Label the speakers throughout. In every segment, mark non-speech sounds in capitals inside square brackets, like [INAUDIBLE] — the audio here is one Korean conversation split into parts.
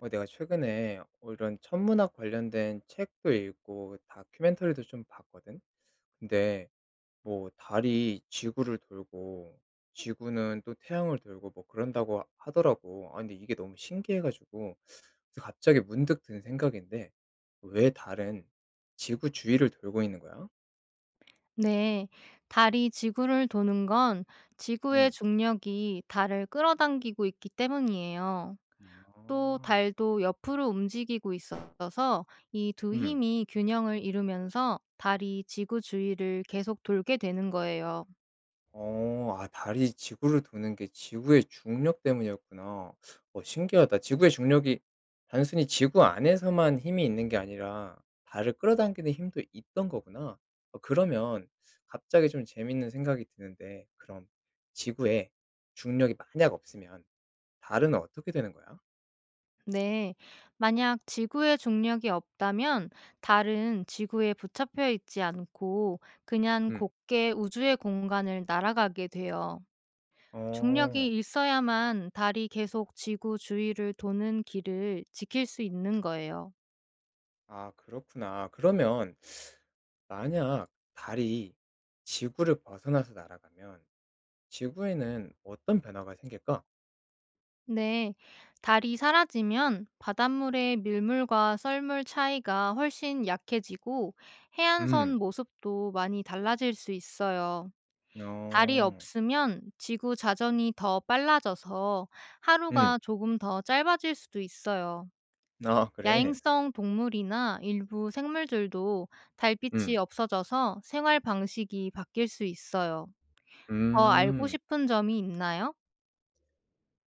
Speaker 1: 내가 최근에 이런 천문학 관련된 책도 읽고 다큐멘터리도 좀 봤거든. 근데 뭐 달이 지구를 돌고 지구는 또 태양을 돌고 뭐 그런다고 하더라고. 아, 근데 이게 너무 신기해가지고 그래서 갑자기 문득 든 생각인데 왜 달은 지구 주위를 돌고 있는 거야?
Speaker 2: 네, 달이 지구를 도는 건 지구의
Speaker 1: 음.
Speaker 2: 중력이 달을 끌어당기고 있기 때문이에요.
Speaker 1: 음.
Speaker 2: 또
Speaker 1: 아,
Speaker 2: 달도 옆으로 움직이고 있어서 이 두
Speaker 1: 음.
Speaker 2: 힘이 균형을 이루면서 달이 지구 주위를 계속 돌게 되는 거예요.
Speaker 1: 어. 아 달이 지구를 도는 게 지구의 중력 때문이었구나. 어 신기하다. 지구의 중력이 단순히 지구 안에서만 힘이 있는 게 아니라 달을 끌어당기는 힘도 있던 거구나. 어 그러면 갑자기 좀 재밌는 생각이 드는데 그럼 지구에 중력이 만약 없으면 달은 어떻게 되는 거야?
Speaker 2: 네, 만약 지구의 중력이 없다면 달은 지구에 붙잡혀 있지 않고 그냥
Speaker 1: 음.
Speaker 2: 곧게 우주의 공간을 날아가게 돼요.
Speaker 1: 어.
Speaker 2: 중력이 있어야만 달이 계속 지구 주위를 도는 길을 지킬 수 있는 거예요.
Speaker 1: 아 그렇구나. 그러면 만약 달이 지구를 벗어나서 날아가면 지구에는 어떤 변화가 생길까?
Speaker 2: 네, 달이 사라지면 바닷물의 밀물과 썰물 차이가 훨씬 약해지고 해안선
Speaker 1: 음.
Speaker 2: 모습도 많이 달라질 수 있어요. 달이
Speaker 1: 어.
Speaker 2: 없으면 지구 자전이 더 빨라져서
Speaker 1: 음.
Speaker 2: 하루가 조금 더 짧아질 수도 있어요.
Speaker 1: 아 그래.
Speaker 2: 야행성 동물이나 일부 생물들도 달빛이
Speaker 1: 음.
Speaker 2: 없어져서 생활 방식이 바뀔 수 있어요. 더 알고
Speaker 1: 음.
Speaker 2: 싶은 점이 있나요?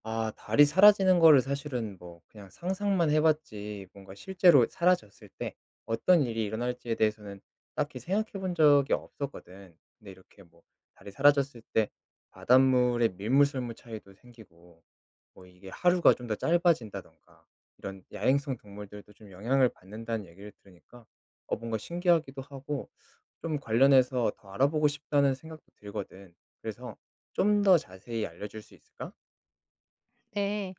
Speaker 1: 아 달이 사라지는 거를 사실은 뭐 그냥 상상만 해 봤지 뭔가 실제로 사라졌을 때 어떤 일이 일어날지에 대해서는 딱히 생각해 본 적이 없었거든. 근데 이렇게 뭐 달이 사라졌을 때 바닷물의 밀물설물 차이도 생기고 뭐 이게 하루가 좀 더 짧아진다든가 이런 야행성 동물들도 좀 영향을 받는다는 얘기를 들으니까 어 뭔가 신기하기도 하고 좀 관련해서 더 알아보고 싶다는 생각도 들거든. 그래서 좀 더 자세히 알려 줄 수 있을까?
Speaker 2: 네.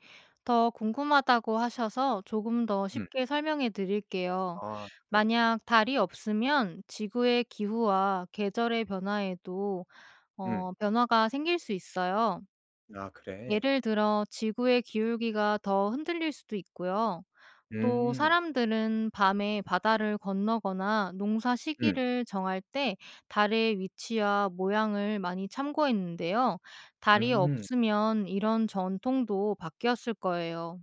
Speaker 2: 더 궁금하다고 하셔서 조금 더 쉽게 설명해 드릴게요.
Speaker 1: 아 좋다, 좋다.
Speaker 2: 만약 달이 없으면 지구의 기후와 계절의 변화에도
Speaker 1: 음.
Speaker 2: 변화가 생길 수 있어요.
Speaker 1: 아 그래.
Speaker 2: 예를 들어 지구의 기울기가 더 흔들릴 수도 있고요. 또
Speaker 1: 음.
Speaker 2: 사람들은 밤에 바다를 건너거나 농사
Speaker 1: 음.
Speaker 2: 시기를 정할 때 달의 위치와 모양을 많이 참고했는데요. 달이
Speaker 1: 음.
Speaker 2: 없으면 이런 전통도 바뀌었을 거예요.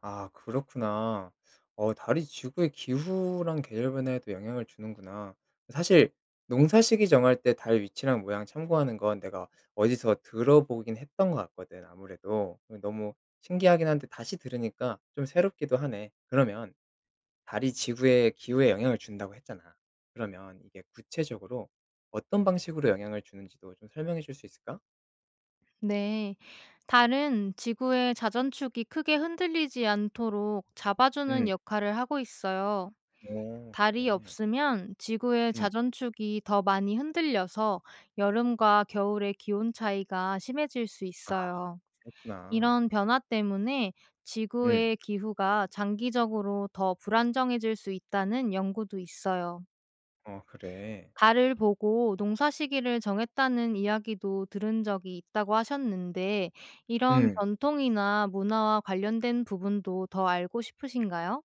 Speaker 1: 아 그렇구나. 어 달이 지구의 기후랑 계절 변화에도 영향을 주는구나. 사실 농사 시기 정할 때 달 위치랑 모양 참고하는 건 내가 어디서 들어보긴 했던 것 같거든 아무래도. 어 너무 신기하긴 한데 다시 들으니까 좀 새롭기도 하네. 그러면 달이 지구의 기후에 영향을 준다고 했잖아. 그러면 이게 구체적으로 어떤 방식으로 영향을 주는지도 좀 설명해 줄 수 있을까?
Speaker 2: 네. 달은 지구의 자전축이 크게 흔들리지 않도록 잡아주는
Speaker 1: 음.
Speaker 2: 역할을 하고 있어요.
Speaker 1: 어
Speaker 2: 달이
Speaker 1: 그래.
Speaker 2: 없으면 지구의
Speaker 1: 음.
Speaker 2: 자전축이 더 많이 흔들려서 여름과 겨울의 기온 차이가 심해질 수
Speaker 1: 아
Speaker 2: 있어요.
Speaker 1: 그렇구나.
Speaker 2: 이런 변화 때문에
Speaker 1: 음.
Speaker 2: 지구의 기후가 장기적으로 더 불안정해질 수 있다는 연구도 있어요.
Speaker 1: 어 그래.
Speaker 2: 달을 보고 농사 시기를 정했다는 이야기도 들은 적이 있다고 하셨는데, 이런
Speaker 1: 음.
Speaker 2: 전통이나 문화와 관련된 부분도 더 알고 싶으신가요?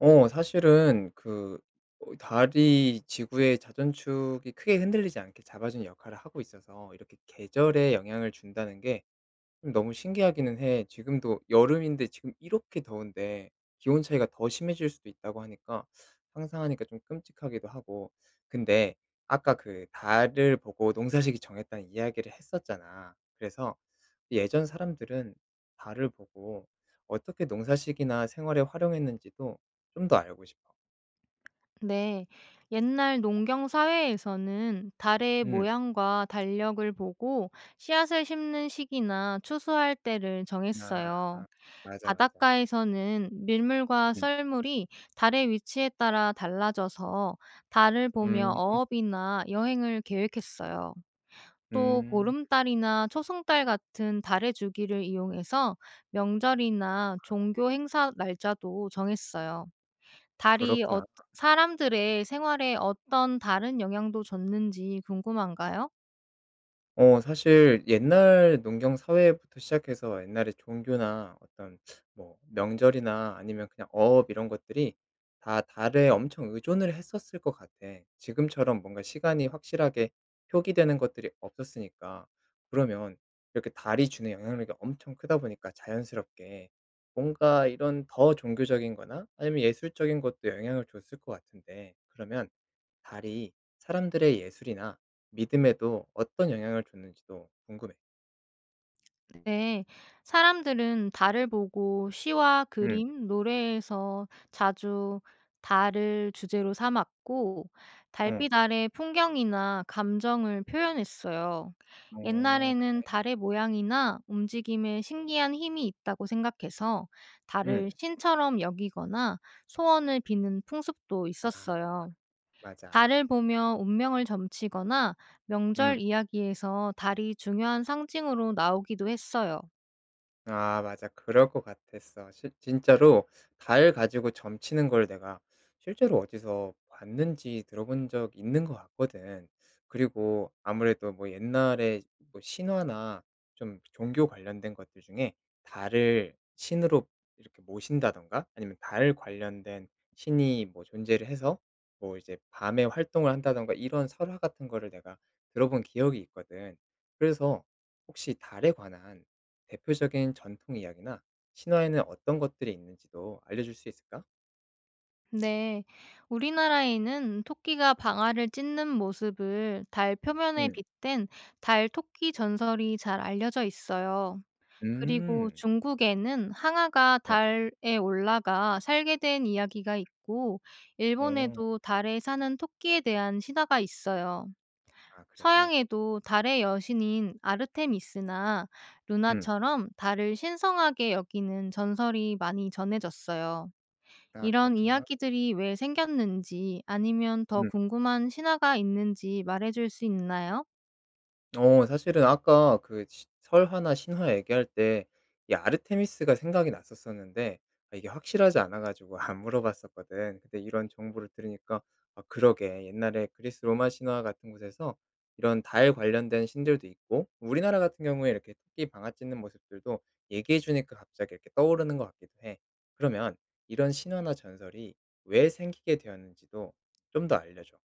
Speaker 1: 어 사실은 그 어 달이 지구의 자전축이 크게 흔들리지 않게 잡아주는 역할을 하고 있어서 이렇게 계절에 영향을 준다는 게 좀 너무 신기하기는 해. 지금도 여름인데 지금 이렇게 더운데 기온 차이가 더 심해질 수도 있다고 하니까 상상하니까 좀 끔찍하기도 하고. 근데 아까 그 달을 보고 농사식이 정했다는 이야기를 했었잖아. 그래서 예전 사람들은 달을 보고 어떻게 농사식이나 생활에 활용했는지도 좀 더 알고 싶어.
Speaker 2: 네. 옛날 농경 사회에서는 달의
Speaker 1: 음.
Speaker 2: 모양과 달력을 보고 씨앗을 심는 시기나 추수할 때를
Speaker 1: 아
Speaker 2: 정했어요.
Speaker 1: 맞아, 맞아.
Speaker 2: 바닷가에서는 밀물과
Speaker 1: 음.
Speaker 2: 썰물이 달의 위치에 따라 달라져서 달을 보며
Speaker 1: 음.
Speaker 2: 어업이나 여행을 계획했어요. 또
Speaker 1: 음.
Speaker 2: 보름달이나 초승달 같은 달의 주기를 이용해서 명절이나 종교 행사 날짜도 정했어요. 달이
Speaker 1: 그렇구나.
Speaker 2: 사람들의 생활에 어떤 다른 영향도 줬는지 궁금한가요?
Speaker 1: 어 사실 옛날 농경 사회부터 시작해서 옛날에 종교나 어떤 뭐 명절이나 아니면 그냥 어업 이런 것들이 다 달에 엄청 의존을 했었을 것 같아. 지금처럼 뭔가 시간이 확실하게 표기되는 것들이 없었으니까. 그러면 이렇게 달이 주는 영향력이 엄청 크다 보니까 자연스럽게 뭔가 이런 더 종교적인 거나 아니면 예술적인 것도 영향을 줬을 것 같은데 그러면 달이 사람들의 예술이나 믿음에도 어떤 영향을 줬는지도 궁금해.
Speaker 2: 네. 사람들은 달을 보고 시와
Speaker 1: 응
Speaker 2: 그림, 노래에서 자주 달을 주제로 삼았고
Speaker 1: 어.
Speaker 2: 달빛 아래 풍경이나 감정을 표현했어요.
Speaker 1: 어. 그
Speaker 2: 옛날에는 달의 모양이나 움직임에 신기한 힘이 있다고 생각해서 달을
Speaker 1: 응
Speaker 2: 신처럼 여기거나 소원을 비는 풍습도
Speaker 1: 아
Speaker 2: 있었어요.
Speaker 1: 맞아.
Speaker 2: 달을 보며 운명을 점치거나 명절
Speaker 1: 음.
Speaker 2: 이야기에서 달이 중요한 상징으로 나오기도 했어요.
Speaker 1: 아 맞아. 그럴 것 같았어. 실 진짜로 달 가지고 점치는 걸 내가 실제로 어디서 봤는지 들어본 적 있는 것 같거든. 그리고 아무래도 뭐 옛날에 뭐 신화나 좀 종교 관련된 것들 중에 달을 신으로 이렇게 모신다든가 아니면 달 관련된 신이 뭐 존재를 해서 뭐 이제 밤에 활동을 한다든가 이런 설화 같은 거를 내가 들어본 기억이 있거든. 그래서 혹시 달에 관한 대표적인 전통 이야기나 신화에는 어떤 것들이 있는지도 알려줄 수 있을까?
Speaker 2: 네, 우리나라에는 토끼가 방아를 찧는 모습을 달 표면에
Speaker 1: 음.
Speaker 2: 빗댄 달 토끼 전설이 잘 알려져 있어요. 그리고
Speaker 1: 음.
Speaker 2: 중국에는 항아가
Speaker 1: 네.
Speaker 2: 달에 올라가 살게 된 이야기가 있고,
Speaker 1: 어.
Speaker 2: 일본에도 달에 사는 토끼에 대한 신화가 있어요.
Speaker 1: 아 그래.
Speaker 2: 서양에도 달의 여신인 아르테미스나
Speaker 1: 음.
Speaker 2: 루나처럼 달을 신성하게 여기는 전설이 많이 전해졌어요.
Speaker 1: 아
Speaker 2: 이런
Speaker 1: 그렇구나.
Speaker 2: 이야기들이 왜 생겼는지 아니면 더
Speaker 1: 음.
Speaker 2: 궁금한 신화가 있는지 말해줄 수 있나요?
Speaker 1: 어 사실은 아까 그 시 설화나 신화 얘기할 때 이 아르테미스가 생각이 났었었는데 아 이게 확실하지 않아 가지고 [LAUGHS] 안 물어봤었거든. 근데 이런 정보를 들으니까 아 그러게 옛날에 그리스 로마 신화 같은 곳에서 이런 달 관련된 신들도 있고 우리나라 같은 경우에 이렇게 토끼 방아 찧는 모습들도 얘기해 주니까 갑자기 이렇게 떠오르는 것 같기도 해. 그러면 이런 신화나 전설이 왜 생기게 되었는지도 좀 더 알려줘.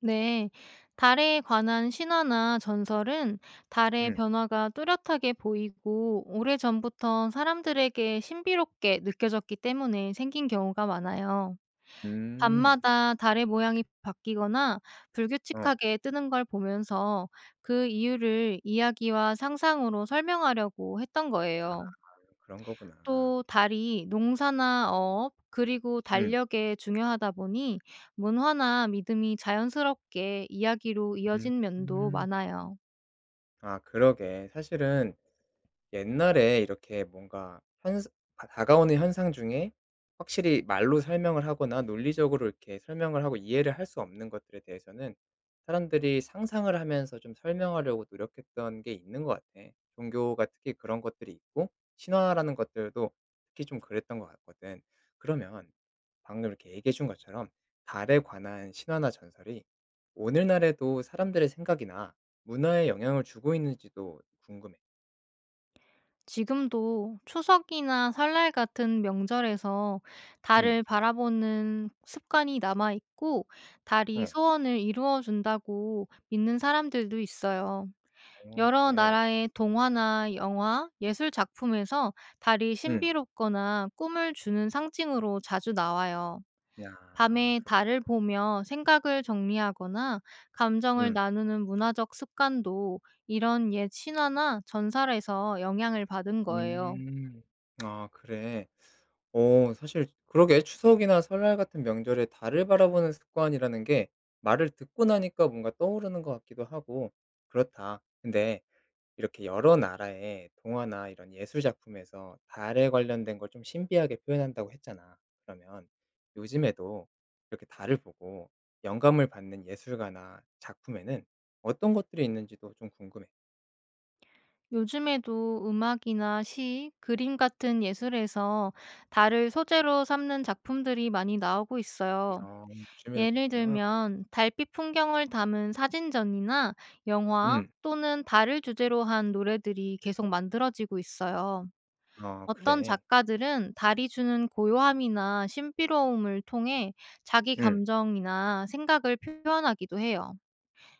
Speaker 2: 네. 달에 관한 신화나 전설은 달의
Speaker 1: 음.
Speaker 2: 변화가 뚜렷하게 보이고 오래전부터 사람들에게 신비롭게 느껴졌기 때문에 생긴 경우가 많아요.
Speaker 1: 음.
Speaker 2: 밤마다 달의 모양이 바뀌거나
Speaker 1: 어.
Speaker 2: 불규칙하게 뜨는 걸 보면서 그 이유를 이야기와 상상으로 설명하려고 했던
Speaker 1: 아
Speaker 2: 거예요.
Speaker 1: 그런 거구나.
Speaker 2: 또 달이 농사나 어업, 그리고
Speaker 1: 음.
Speaker 2: 달력에 중요하다 보니 문화나 믿음이 자연스럽게 이야기로
Speaker 1: 음.
Speaker 2: 이어진 면도
Speaker 1: 음.
Speaker 2: 많아요.
Speaker 1: 아 그러게. 사실은 옛날에 이렇게 뭔가 현다 다가오는 현상 중에 확실히 말로 설명을 하거나 논리적으로 이렇게 설명을 하고 이해를 할 수 없는 것들에 대해서는 사람들이 상상을 하면서 좀 설명하려고 노력했던 게 있는 것 같아. 종교가 특히 그런 것들이 있고 신화라는 것들도 특히 좀 그랬던 것 같거든. 그러면 방금 이렇게 얘기해 준 것처럼 달에 관한 신화나 전설이 오늘날에도 사람들의 생각이나 문화에 영향을 주고 있는지도 궁금해.
Speaker 2: 지금도 추석이나 설날 같은 명절에서 달을
Speaker 1: 음.
Speaker 2: 바라보는 습관이 남아있고, 달이
Speaker 1: 어.
Speaker 2: 소원을 이루어준다고 믿는 사람들도 있어요.
Speaker 1: 어
Speaker 2: 여러
Speaker 1: 그래.
Speaker 2: 나라의 동화나 영화, 예술 작품에서 달이
Speaker 1: 음.
Speaker 2: 신비롭거나 꿈을 주는 상징으로 자주 나와요.
Speaker 1: 야
Speaker 2: 밤에 달을
Speaker 1: 그렇구나.
Speaker 2: 보며 생각을 정리하거나 감정을
Speaker 1: 음.
Speaker 2: 나누는 문화적 습관도 이런 옛 신화나 전설에서 영향을 받은 거예요.
Speaker 1: 음. 아 그래. 어 사실 그러게 추석이나 설날 같은 명절에 달을 바라보는 습관이라는 게 말을 듣고 나니까 뭔가 떠오르는 것 같기도 하고 그렇다. 근데 이렇게 여러 나라의 동화나 이런 예술 작품에서 달에 관련된 걸 좀 신비하게 표현한다고 했잖아. 그러면 요즘에도 이렇게 달을 보고 영감을 받는 예술가나 작품에는 어떤 것들이 있는지도 좀 궁금해.
Speaker 2: 요즘에도 음악이나 시, 그림 같은 예술에서 달을 소재로 삼는 작품들이 많이 나오고 있어요.
Speaker 1: 어 요즘에도
Speaker 2: 예를
Speaker 1: 그렇구나.
Speaker 2: 들면 달빛 풍경을 담은 사진전이나 영화
Speaker 1: 음.
Speaker 2: 또는 달을 주제로 한 노래들이 계속 만들어지고 있어요.
Speaker 1: 어
Speaker 2: 어떤
Speaker 1: 그래.
Speaker 2: 작가들은 달이 주는 고요함이나 신비로움을 통해 자기
Speaker 1: 음.
Speaker 2: 감정이나 생각을 표현하기도 해요.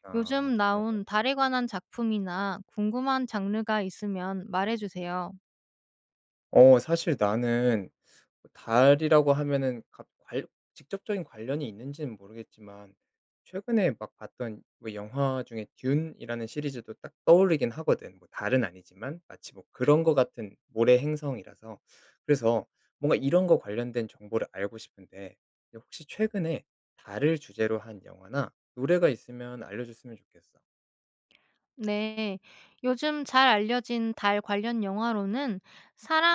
Speaker 1: 아
Speaker 2: 요즘
Speaker 1: 그래.
Speaker 2: 나온 달에 관한 작품이나 궁금한 장르가 있으면 말해주세요.
Speaker 1: 어 사실 나는 뭐 달이라고 하면은 갑 관 직접적인 관련이 있는지는 모르겠지만 최근에 막 봤던 뭐 영화 중에 듄이라는 시리즈도 딱 떠오르긴 하거든. 뭐 달은 아니지만 마치 뭐 그런 거 같은 모래 행성이라서. 그래서 뭔가 이런 거 관련된 정보를 알고 싶은데 네 혹시 최근에 달을 주제로 한 영화나 노래가 있으면 알려줬으면 좋겠어.
Speaker 2: 네, 요즘 잘 알려진 달 관련 영화로는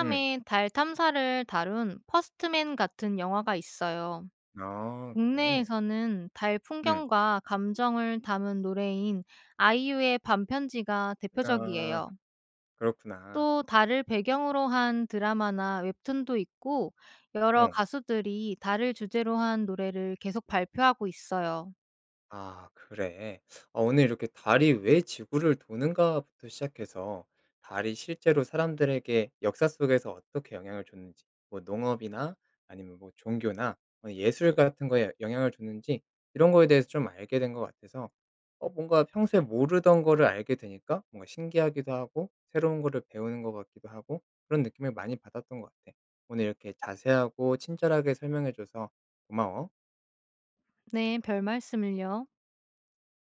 Speaker 1: 음.
Speaker 2: 달 탐사를 다룬 퍼스트맨 같은 영화가 있어요.
Speaker 1: 아 그래?
Speaker 2: 국내에서는 달
Speaker 1: 음.
Speaker 2: 풍경과 감정을 담은 노래인 아이유의 밤편지가
Speaker 1: 아
Speaker 2: 대표적이에요.
Speaker 1: 그렇구나.
Speaker 2: 또 달을 배경으로 한 드라마나 웹툰도 있고 여러
Speaker 1: 어.
Speaker 2: 가수들이 달을 주제로 한 노래를 계속 발표하고 있어요.
Speaker 1: 아 그래. 아 오늘 이렇게 달이 왜 지구를 도는가부터 시작해서 달이 실제로 사람들에게 역사 속에서 어떻게 영향을 줬는지, 뭐 농업이나 아니면 뭐 종교나 뭐 예술 같은 거에 영향을 줬는지 이런 거에 대해서 좀 알게 된 것 같아서 어 뭔가 평소에 모르던 거를 알게 되니까 뭔가 신기하기도 하고 새로운 거를 배우는 것 같기도 하고 그런 느낌을 많이 받았던 것 같아. 오늘 이렇게 자세하고 친절하게 설명해 줘서 고마워.
Speaker 2: 네, 별말씀을요.